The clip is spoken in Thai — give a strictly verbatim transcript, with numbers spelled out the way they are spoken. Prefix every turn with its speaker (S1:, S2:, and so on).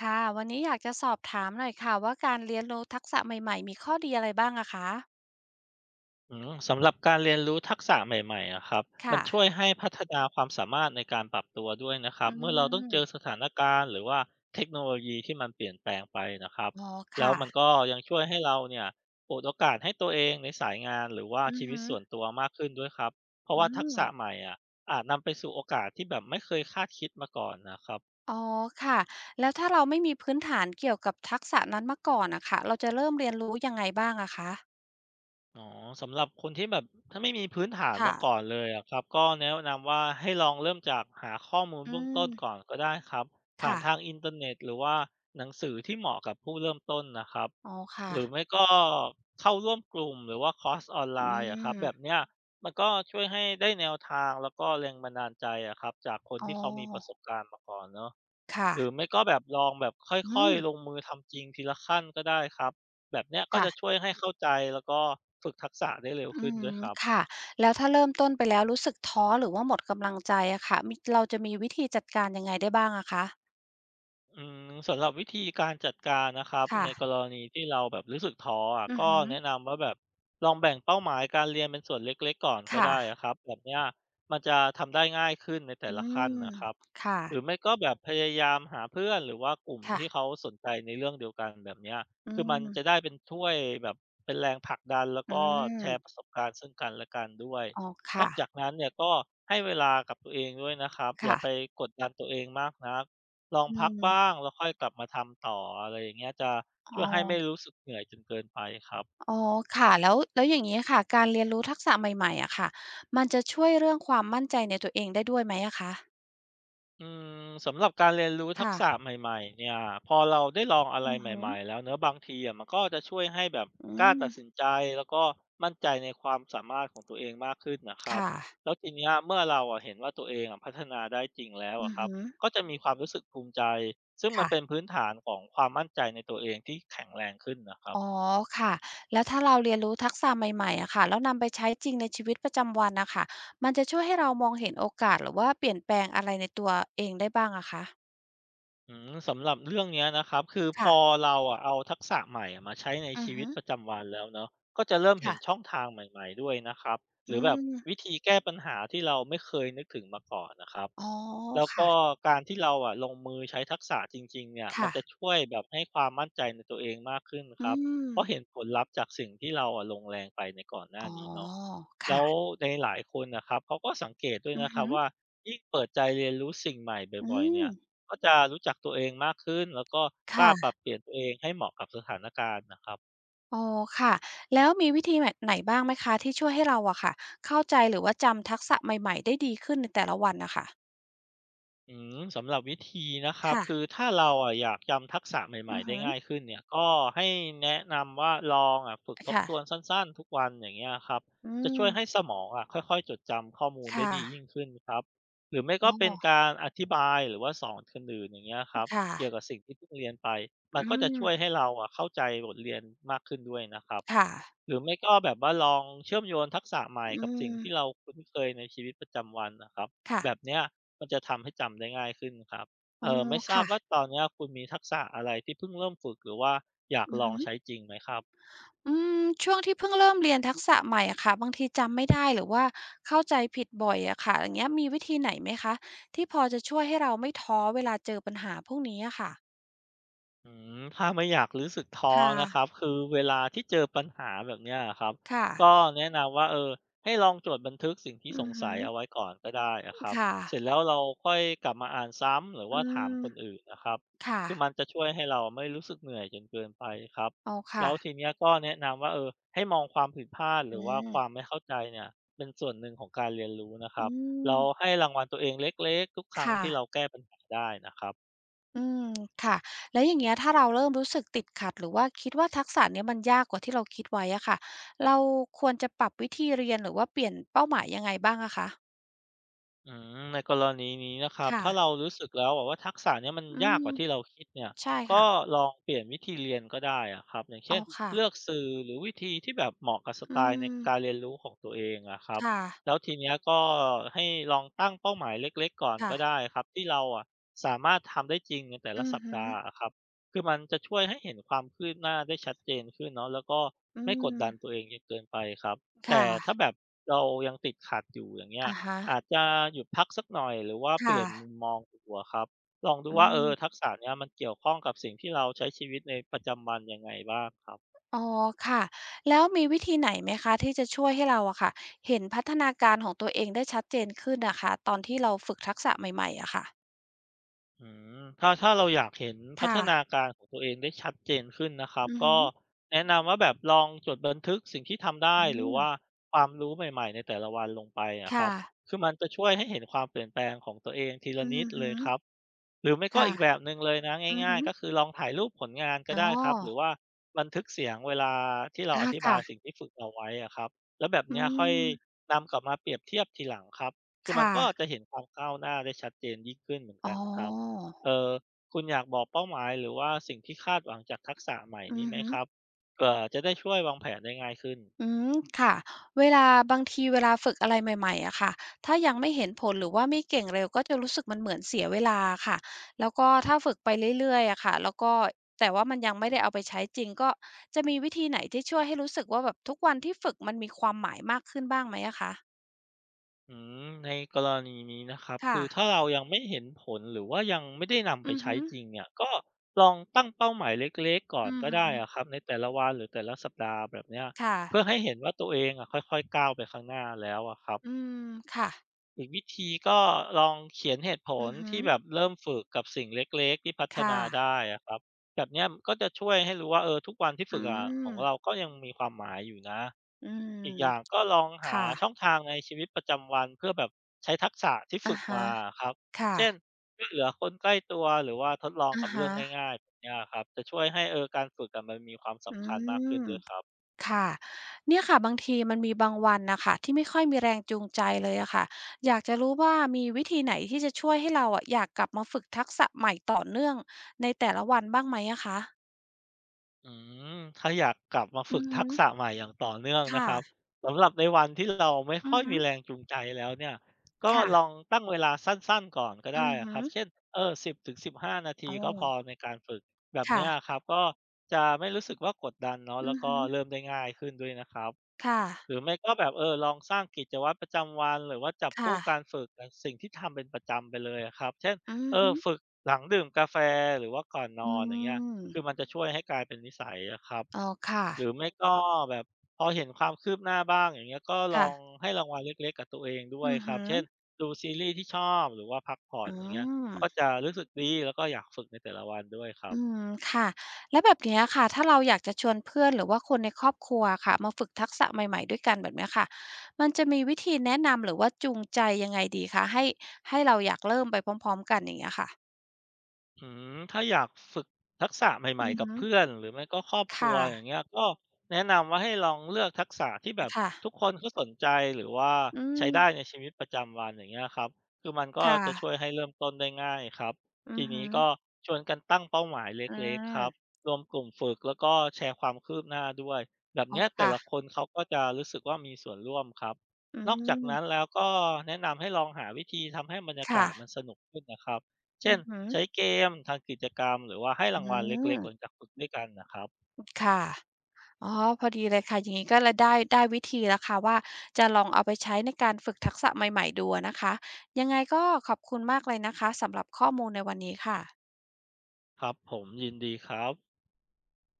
S1: ค่ะวันนี้อยากจะสอบถามหน่อยค่ะว่าการเรียนรู้ทักษะใหม่ๆมีข้อดีอะไรบ้างอะคะ
S2: อืมสำหรับการเรียนรู้ทักษะใหม่ๆอะครับมั
S1: ค่ะ
S2: นช่วยให้พัฒนาความสามารถในการปรับตัวด้วยนะครั
S1: อื
S2: บเมื่อเราต้องเจอส
S1: ม
S2: ถานการณ์หรือว่าเทคโนโลยีที่มันเปลี่ยนแปลงไปนะครับ
S1: อ๋อ
S2: แล้ว
S1: ค่ะ
S2: มันก็ยังช่วยให้เราเนี่ยเปิดโอกาสให้ตัวเองในสายงานหรือว่า
S1: อือ
S2: ชีวิต
S1: ฮึ
S2: ส่วนตัวมากขึ้นด้วยครับเพราะ
S1: อื
S2: ว่าทัก
S1: ม
S2: ษะใหม่อ่ะอาจนำไปสู่โอกาสที่แบบไม่เคยคาดคิดมาก่อนนะครับ
S1: อ๋อค่ะแล้วถ้าเราไม่มีพื้นฐานเกี่ยวกับทักษะนั้นมาก่อนอะค่ะเราจะเริ่มเรียนรู้ยังไงบ้างอะคะ
S2: อ๋อสำหรับคนที่แบบถ้าไม่มีพื้นฐาน
S1: ค่ะ
S2: มาก่อนเลยอะครับก็แนะนำว่าให้ลองเริ่มจากหาข้อมูล
S1: อื
S2: เบื้อง
S1: ม
S2: ต้นก่อนก็ได้ครับผ่าน
S1: ค่ะ
S2: ทางอินเทอร์เน็ตหรือว่าหนังสือที่เหมาะกับผู้เริ่มต้นนะครับ
S1: อ๋อค่ะ
S2: หรือไม่ก็เข้าร่วมกลุ่มหรือว่าคอร์สออนไล
S1: อื
S2: น์อะครับ
S1: ม
S2: แบบเนี้ยมันก็ช่วยให้ได้แนวทางแล้วก็แรงบันดาลใจอะครับจากคน
S1: อ๋
S2: ที่เขามีประส
S1: อ
S2: บการณ์มาก่อนเนาะ
S1: ค่ะ
S2: หรือไม่ก็แบบลองแบบค
S1: อื
S2: ่อ
S1: ม
S2: ยๆลงมือทำจริงทีละขั้นก็ได้ครับแบบเนี้ยก็จะช่
S1: ค่ะ
S2: วยให้เข้าใจแล้วก็ฝึกทักษะได้เร็ว
S1: อื
S2: ขึ้นด้วย
S1: ม
S2: ครับ
S1: ค่ะแล้วถ้าเริ่มต้นไปแล้วรู้สึกท้อหรือว่าหมดกำลังใจอะค่ะมีเราจะมีวิธีจัดการยังไงได้บ้างอะคะ
S2: อืมสำหรับวิธีการจัดการนะครับ
S1: ค่ะ
S2: ในกรณีที่เราแบบรู้สึกท้ออะ
S1: อือ
S2: ก็
S1: ฮึ
S2: แนะนำว่าแบบลองแบ่งเป้าหมายการเรียนเป็นส่วนเล็กๆก่อนก็ได้
S1: ค่ะ
S2: อะครับแบบเนี้ยมันจะทำได้ง่ายขึ้นในแต่
S1: อื
S2: ละขั้น
S1: ม
S2: นะครับ
S1: ค่ะ
S2: หรือไม่ก็แบบพยายามหาเพื่อนหรือว่ากลุ่มที่
S1: ค่ะ
S2: เขาสนใจในเรื่องเดียวกันแบบเนี้ย
S1: อื
S2: คือมันจะได้
S1: ม
S2: เป็นช่วยแบบเป็นแรงผลักดันแล้ว
S1: อื
S2: ก็แชร์ป
S1: ม
S2: ระสบการณ์ซึ่งกันและกันด้วย
S1: อ๋อ
S2: นอ
S1: ค่ะ
S2: กจากนั้นเนี่ยก็ให้เวลากับตัวเองด้วยนะครับอย่าไป
S1: ค่ะ
S2: กดดันตัวเองมากนะ ลอง
S1: อื
S2: พักบ้า
S1: ม
S2: งแล้วค่อยกลับมาทำต่ออะไรอย่างเงี้ยจะ
S1: อ๋
S2: ช่
S1: อ
S2: วยให้ไม่รู้สึกเหนื่อยจนเกินไปครับ
S1: อ๋อค่ะแล้วแล้วอย่างงี้ค่ะ การเรียนรู้ทักษะใหม่ๆอะค่ะมันจะช่วยเรื่องความมั่นใจในตัวเองได้ด้วยไหมอะคะ
S2: อืมสำหรับการเรียนรู้ทัก
S1: ค่ะ
S2: ษะใหม่ๆเนี่ยพอเราได้ลองอะไร
S1: อือฮึ
S2: ใหม่ๆแล้วเนอะบางทีอะมันก็จะช่วยให้แบบ
S1: อื
S2: กล้า
S1: ม
S2: ตัดสินใจแล้วก็มั่นใจในความสามารถของตัวเองมากขึ้นนะครับ
S1: ค่ะ
S2: แล้วทีเนี้ยเมื่อเราอะเห็นว่าตัวเองอะพัฒนาได้จริงแล้ว
S1: อื
S2: อะ
S1: อ
S2: ครับ
S1: ฮึ
S2: ก็จะมีความรู้สึกภูมิใจซึ่งมันเป็น
S1: ค่ะ
S2: พื้นฐานของความมั่นใจในตัวเองที่แข็งแรงขึ้นนะครับ
S1: อ๋อค่ะแล้วถ้าเราเรียนรู้ทักษะใหม่ๆอะค่ะแล้วนำไปใช้จริงในชีวิตประจำวันนะคะมันจะช่วยให้เรามองเห็นโอกาสหรือว่าเปลี่ยนแปลงอะไรในตัวเองได้บ้างอะคะ
S2: อืมสำหรับเรื่องเนี้ยนะครับคือพ
S1: ค่ะ
S2: อเราอะเอาทักษะใหม่อะมาใช้ใน
S1: อือ
S2: ชีวิต
S1: ฮึ
S2: ประจำวันแล้วเนาะก็จะเริ่มเห็
S1: ค่ะ
S2: นช่องทางใหม่ๆด้วยนะครับห
S1: อื
S2: รือแบบ
S1: ม
S2: วิธีแก้ปัญหาที่เราไม่เคยนึกถึงมาก่อนนะครับ
S1: อ๋อ
S2: แล้ว
S1: ค่ะ
S2: ก็การที่เราอะลงมือใช้ทักษะจริงๆเนี่ยมัน
S1: ค่ะ
S2: จะช่วยแบบให้ความมั่นใจในตัวเองมากขึ้นค
S1: อื
S2: รับ
S1: ม
S2: เพราะเห็นผลลัพธ์จากสิ่งที่เราอะลงแรงไปในก่อนหน้า
S1: อ๋อ
S2: นี้เนาะแล้ว
S1: ค่ะ
S2: ในหลายคนนะครับเขาก็สังเกตด้วย
S1: อือ
S2: นะครั
S1: ฮึ
S2: บว่ายิ่งเปิดใจเรียนรู้สิ่งใหม่
S1: อื
S2: บ่อยๆ
S1: ม
S2: เนี่ยก็จะรู้จักตัวเองมากขึ้นแล้วก็กล้าปรั
S1: ค่ะ
S2: บเปลี่ยนตัวเองให้เหมาะกับสถานการณ์นะครับ
S1: อ๋อค่ะแล้วมีวิธีแบบไหนบ้างไหมคะที่ช่วยให้เราอะค่ะเข้าใจหรือว่าจำทักษะใหม่ๆได้ดีขึ้นในแต่ละวันนะคะ
S2: อืมสำหรับวิธีนะครับ
S1: ค่ะ
S2: คือถ้าเราอะอยากจำทักษะใหม่
S1: อือ
S2: ๆได้
S1: ฮึ
S2: ง่ายขึ้นเนี่ยก็ให้แนะนำว่าลองอะฝึกทบ
S1: ค่ะ
S2: ทวนสั้นๆทุกวันอย่างเงี้ยครับ
S1: อื
S2: จะ
S1: ม
S2: ช่วยให้สมองอะค่อยๆจดจำข้อมูลได้
S1: ค่ะ
S2: ดียิ่งขึ้นครับหรือไม่
S1: อ๋
S2: ก็เป็น
S1: อ
S2: การอธิบายหรือว่าสอนคนอื่นอย่างเงี้ยครับ
S1: ค่ะ
S2: เกี่ยวกับสิ่งที่เพิ่งเรียนไปมัน
S1: อื
S2: ก็จะ
S1: ม
S2: ช่วยให้เราอะเข้าใจบทเรียนมากขึ้นด้วยนะครับ
S1: ค่ะ
S2: หรือไม่ก็แบบว่าลองเชื่อมโยนทักษะใหม่
S1: อื
S2: กับสิ่ง
S1: ม
S2: ที่เราคุ้นเคยในชีวิตประจำวันนะครับแบบ
S1: ค่ะ
S2: เนี้ยมันจะทำให้จำได้ง่ายขึ้นครับ
S1: อ๋
S2: เอ
S1: อ
S2: อไม่ทราบ
S1: ค่ะ
S2: ว่าตอนเนี้ยคุณมีทักษะอะไรที่เพิ่งเริ่มฝึกหรือว่าอยาก
S1: อื
S2: ล
S1: อ
S2: อง
S1: ฮึ
S2: ใช้จริงไหมครับ
S1: อืมช่วงที่เพิ่งเริ่มเรียนทักษะใหม่อะค่ะบางทีจำไม่ได้หรือว่าเข้าใจผิดบ่อยอะค่ะอย่างเงี้ยมีวิธีไหนไหมคะที่พอจะช่วยให้เราไม่ท้อเวลาเจอปัญหาพวกนี้อะค่ะ
S2: อืมถ้าไม่อยากรู้สึกท้อ
S1: ค่ะ
S2: นะครับคือเวลาที่เจอปัญหาแบบเนี้ยครับ
S1: ค่ะ
S2: ก็แนะนำว่าเออให้ลองจดบันทึกสิ่งที่ส
S1: อื
S2: ง
S1: อฮึ
S2: สัยเอาไว้ก่อนก็ได้นะครับ
S1: ค่ะ
S2: เสร็จแล้วเราค่อยกลับมาอ่านซ้ำหรือ
S1: อื
S2: ว่าถา
S1: ม
S2: มคนอื่นนะครับ
S1: ค่ะ
S2: คือมันจะช่วยให้เราไม่รู้สึกเหนื่อยจนเกินไปครับ
S1: อ๋อ
S2: แล้
S1: ค่ะ
S2: วทีเนี้ยก็แนะนำว่าเออให้มองความผิดพลาดห
S1: อื
S2: รือว่า
S1: ม
S2: ความไม่เข้าใจเนี่ยเป็นส่วนหนึ่งของการเรียนรู้นะครั
S1: อื
S2: บ
S1: ม
S2: เราให้รางวัลตัวเองเล็กๆทุกครั้ง
S1: ค่ะ
S2: ที่เราแก้ปัญหาได้นะครับ
S1: อืมค่ะแล้วอย่างเงี้ยถ้าเราเริ่มรู้สึกติดขัดหรือว่าคิดว่าทักษะเนี้ยมันยากกว่าที่เราคิดไว้อะค่ะเราควรจะปรับวิธีเรียนหรือว่าเปลี่ยนเป้าหมายยังไงบ้างอะคะ
S2: อืมในกรณีนี้นะครับ
S1: ค่ะ
S2: ถ้าเรารู้สึกแล้วอะว่าทักษะเนี้ยมัน
S1: อื
S2: ยาก
S1: ม
S2: กว่าที่เราคิดเนี่ย
S1: ใช่
S2: ก็
S1: ค่ะ
S2: ลองเปลี่ยนวิธีเรียนก็ได้อะครับอย่างเช่
S1: อ๋อ
S2: น
S1: ค่ะ
S2: เลือกสื่อหรือวิธีที่แบบเหมาะกับสไต
S1: อื
S2: ล์ใน
S1: ม
S2: การเรียนรู้ของตัวเองอะครับ
S1: ค่ะ
S2: แล้วทีเนี้ยก็ให้ลองตั้งเป้าหมายเล็กๆก่อน
S1: ค่ะ
S2: ก็ได้ครับที่เราอะสามารถทำได้จริงในแต่ละ
S1: อือ
S2: สัป
S1: หือ
S2: ดาห์อะครับคือมันจะช่วยให้เห็นความคืบหน้าได้ชัดเจนขึ้นเนาะแล้วก็
S1: อื
S2: ไม่กด
S1: ม
S2: ดันตัวเองจนเกินไปครับแต่
S1: ค่ะ
S2: ถ้าแบบเรายังติดขัดอยู่อย่างเงี้ย
S1: อะฮะ
S2: อาจจะหยุดพักสักหน่อยหรือว่าเป
S1: ค่ะ
S2: ลี่ยนมุมมองดูอะครับลองดู
S1: อื
S2: ว่าเออ
S1: ม
S2: ทักษะเนี้ยมันเกี่ยวข้องกับสิ่งที่เราใช้ชีวิตในประจำวันยังไงบ้างครับ
S1: อ๋อค่ะ แล้วมีวิธีไหนไหมคะที่จะช่วยให้เราอะค่ะเห็นพัฒนาการของตัวเองได้ชัดเจนขึ้นนะคะตอนที่เราฝึกทักษะใหม่ๆอะค่ะ
S2: อืมถ้าถ้าเราอยากเห็นพัฒ
S1: ค่ะ
S2: นาการของตัวเองได้ชัดเจนขึ้นนะครับ
S1: อือหื
S2: ก็
S1: อ
S2: แนะนำว่าแบบลองจดบันทึกสิ่งที่ทำได้
S1: อื
S2: หรือ
S1: ม
S2: ว่าความรู้ใหม่ๆในแต่ละวันลงไปอะครั
S1: ค่ะ
S2: บคือมันจะช่วยให้เห็นความเปลี่ยนแปลงของตัวเองทีละ
S1: อื
S2: นิด
S1: อ
S2: เล
S1: ฮึ
S2: ยครับ หรือไม่ก็
S1: ค่ะ
S2: อีกแบบหนึ่งเลยนะ
S1: อือ
S2: ง่าย
S1: ฮึ
S2: ๆก็คือลองถ่ายรูปผลงานก็
S1: อ๋อ
S2: ได้ครับหรือว่าบันทึกเสียงเวลาที่เราอ
S1: อา
S2: ธิบา
S1: ค่ะ
S2: ยสิ่งที่ฝึกเอาไว้อะครับแล้วแบบ
S1: อื
S2: เนี้ยค่อย
S1: ม
S2: นำกลับมาเปรียบเทียบทีหลังครับคือมัน
S1: ค่ะ
S2: ก็จะเห็นความก้าวหน้าได้ชัดเจนยิ่งขึ้นเหมือน
S1: อ๋อ
S2: กันครับเออคุณอยากบอกเป้าหมายหรือว่าสิ่งที่คาดหวังจากทักษะใหม่
S1: อื
S2: นี้
S1: อ
S2: ไหม
S1: ฮึ
S2: ครับเผื่อจะได้ช่วยวางแผนได้ง่ายขึ้น
S1: อืมค่ะเวลาบางทีเวลาฝึกอะไรใหม่ๆอะค่ะถ้ายังไม่เห็นผลหรือว่าไม่เก่งเร็วก็จะรู้สึกมันเหมือนเสียเวลาอะค่ะแล้วก็ถ้าฝึกไปเรื่อยๆอะค่ะแล้วก็แต่ว่ามันยังไม่ได้เอาไปใช้จริงก็จะมีวิธีไหนที่ช่วยให้รู้สึกว่าแบบทุกวันที่ฝึกมันมีความหมายมากขึ้นบ้างไหมอะคะ
S2: อืมในกรณีนี้นะครับ
S1: ค่ะ
S2: คือถ้าเรายังไม่เห็นผลหรือว่ายังไม่ได้นำไป
S1: อือ
S2: ใช้
S1: ฮึ
S2: จริงเนี่ยก็ลองตั้งเป้าหมายเล็กๆก่อน
S1: อือ
S2: ก็
S1: ฮึ
S2: ได้อะครับในแต่ละวันหรือแต่ละสัปดาห์แบบเนี้ยเพื่อ
S1: ค่ะ
S2: ให้เห็นว่าตัวเองอะค่อยๆก้าวไปข้างหน้าแล้วอะครับ
S1: อืมค่ะ
S2: อีกวิธีก็ลองเขียนเหตุผ
S1: อื
S2: ล
S1: อฮึ
S2: ที่แบบเริ่มฝึกกับสิ่งเล็กๆที่พั
S1: ค
S2: ฒนา
S1: ่ะ
S2: ได้อะครับแบบเนี้ยก็จะช่วยให้รู้ว่าเออทุกวันที่ฝึ
S1: อื
S2: กอะขอ
S1: ม
S2: งเราก็ยังมีความหมายอยู่นะ
S1: อื
S2: อีก
S1: ม
S2: อย่างก็ลองหา
S1: ค่ะ
S2: ช่องทางในชีวิตประจำวันเพื่อแบบใช้ทักษะที่
S1: อะ
S2: ฝึก
S1: ฮะ
S2: มาอะครับ
S1: ค่ะ
S2: เช่นช่วยเหลือคนใกล้ตัวหรือว่าทดลอง
S1: อะ
S2: กับเรื่อ
S1: ฮะ
S2: งง่ายๆแบบเนี้ยครับจะช่วยให้เออการฝึกอะมันมีความ
S1: อื
S2: สำคัญมากขึ้น
S1: ม
S2: ด้วยครับ
S1: ค่ะเนี่ยค่ะบางทีมันมีบางวันน่ะค่ะที่ไม่ค่อยมีแรงจูงใจเลยอะค่ะอยากจะรู้ว่ามีวิธีไหนที่จะช่วยให้เราอะอยากกลับมาฝึกทักษะใหม่ต่อเนื่องในแต่ละวันบ้างไหมอะคะ
S2: อืมถ้าอยากกลับมา
S1: อื
S2: ฝึ
S1: อ
S2: ก
S1: ฮึ
S2: ทักษะใหม่อย่างต่อเนื่องนะ
S1: ค่ะ
S2: ครับสำหรับในวันที่เราไม่
S1: อื
S2: ค่อ
S1: อ
S2: ย
S1: ฮึ
S2: มีแรงจูงใจแล้วเนี่ยก็ลอง
S1: ค่ะ
S2: ตั้งเวลาสั้นๆก่อนก็
S1: อื
S2: ได้
S1: อ
S2: อะ
S1: ฮึ
S2: ครับเช่นเออสิบถึงสิบห้านาที
S1: อ๋อ
S2: ก็พอในการฝึกแบบ
S1: ค่ะ
S2: เนี้ยครับก็จะไม่รู้สึกว่ากดดันเนาะ
S1: อื
S2: แล้ว
S1: อ
S2: ก็
S1: ฮึ
S2: เริ่มได้ง่ายขึ้นด้วยนะครับ
S1: ค่ะ
S2: หรือไม่ก็แบบเออลองสร้างกิจวัตรประจำวันหรือว่าจับ
S1: ค่ะ
S2: คู่การฝึกกับสิ่งที่ทำเป็นประจำไปเลยอะครับเช่น
S1: อือ
S2: เออ
S1: ฮึ
S2: ฝึกหลังดื่มกาแฟหรือว่าก่อนน
S1: อื
S2: อนอย่างเงี้ย
S1: ม
S2: คือมันจะช่วยให้กลายเป็นนิสัยอะครับ
S1: อ๋อค่ะ
S2: หรือไม่ก็แบบพอเห็นความคืบหน้าบ้างอย่างเงี้ยก็ล
S1: ค่ะ
S2: องให้รางวัลเล็กๆกับตัวเองด้วย
S1: อือ
S2: ครั
S1: ฮึ
S2: บเช่นดูซีรีส์ที่ชอบหรือว่าพักผ่อ
S1: อื
S2: นอย่างเงี้ยก็
S1: ม
S2: จะรู้สึกดีแล้วก็อยากฝึกในแต่ละวันด้วยครับ
S1: อืมค่ะแล้วแบบเนี้ยค่ะถ้าเราอยากจะชวนเพื่อนหรือว่าคนในครอบครัวอะค่ะมาฝึกทักษะใหม่ๆด้วยกันแบบเนี้ยค่ะมันจะมีวิธีแนะนำหรือว่าจูงใจยังไงดีคะให้ให้เราอยากเริ่มไปพร้อมๆกันอย่างเงี้ยค่ะ
S2: อืมถ้าอยากฝึกทักษะให
S1: อื
S2: ม่
S1: อ
S2: ๆกับ
S1: ฮึ
S2: เพื่อนหรือไม่ก็ครอบครัว
S1: ค่ะ
S2: อย่างเงี้ยก็แนะนำว่าให้ลองเลือกทักษะที่แบบ
S1: ค่ะ
S2: ทุกคนเขาสนใจหรือว่า
S1: อื
S2: ใช้
S1: ม
S2: ได้ในชีวิตประจำวันอย่างเงี้ยครับคือมันก็
S1: ค่ะ
S2: จะช่วยให้เริ่มต้นได้ง่ายครับ
S1: อื
S2: ที
S1: อฮึ
S2: นี้ก็ชวนกันตั้งเป้าหมายเ
S1: อื
S2: ล็กๆค
S1: ม
S2: รับรวมกลุ่มฝึกแล้วก็แชร์ความคืบหน้าด้วยแบบ
S1: อ๋อ
S2: เนี้ยแต่
S1: ค่ะ
S2: ละคนเขาก็จะรู้สึกว่ามีส่วนร่วมครับ
S1: อื
S2: นอกจาก
S1: ม
S2: นั้นแล้วก็แนะนำให้ลองหาวิธีทำให้บรรยา
S1: ค่ะ
S2: กาศมันสนุกขึ้นนะครับ
S1: อื
S2: เช่น
S1: อฮึ
S2: ใช้เกมทำกิจกรรมหรือว่าให้
S1: อื
S2: รางวัลเล็กๆหลังจา
S1: ม
S2: กฝึกด้วยกันน่ะครับ
S1: ค่ะ อ๋อพอดีเลยค่ะอย่างนี้ก็เลยได้ได้วิธีแล้วค่ะว่าจะลองเอาไปใช้ในการฝึกทักษะใหม่ๆดูอะนะคะยังไงก็ขอบคุณมากเลยนะคะสำหรับข้อมูลในวันนี้ค่ะ
S2: ครับผมยินดีครับ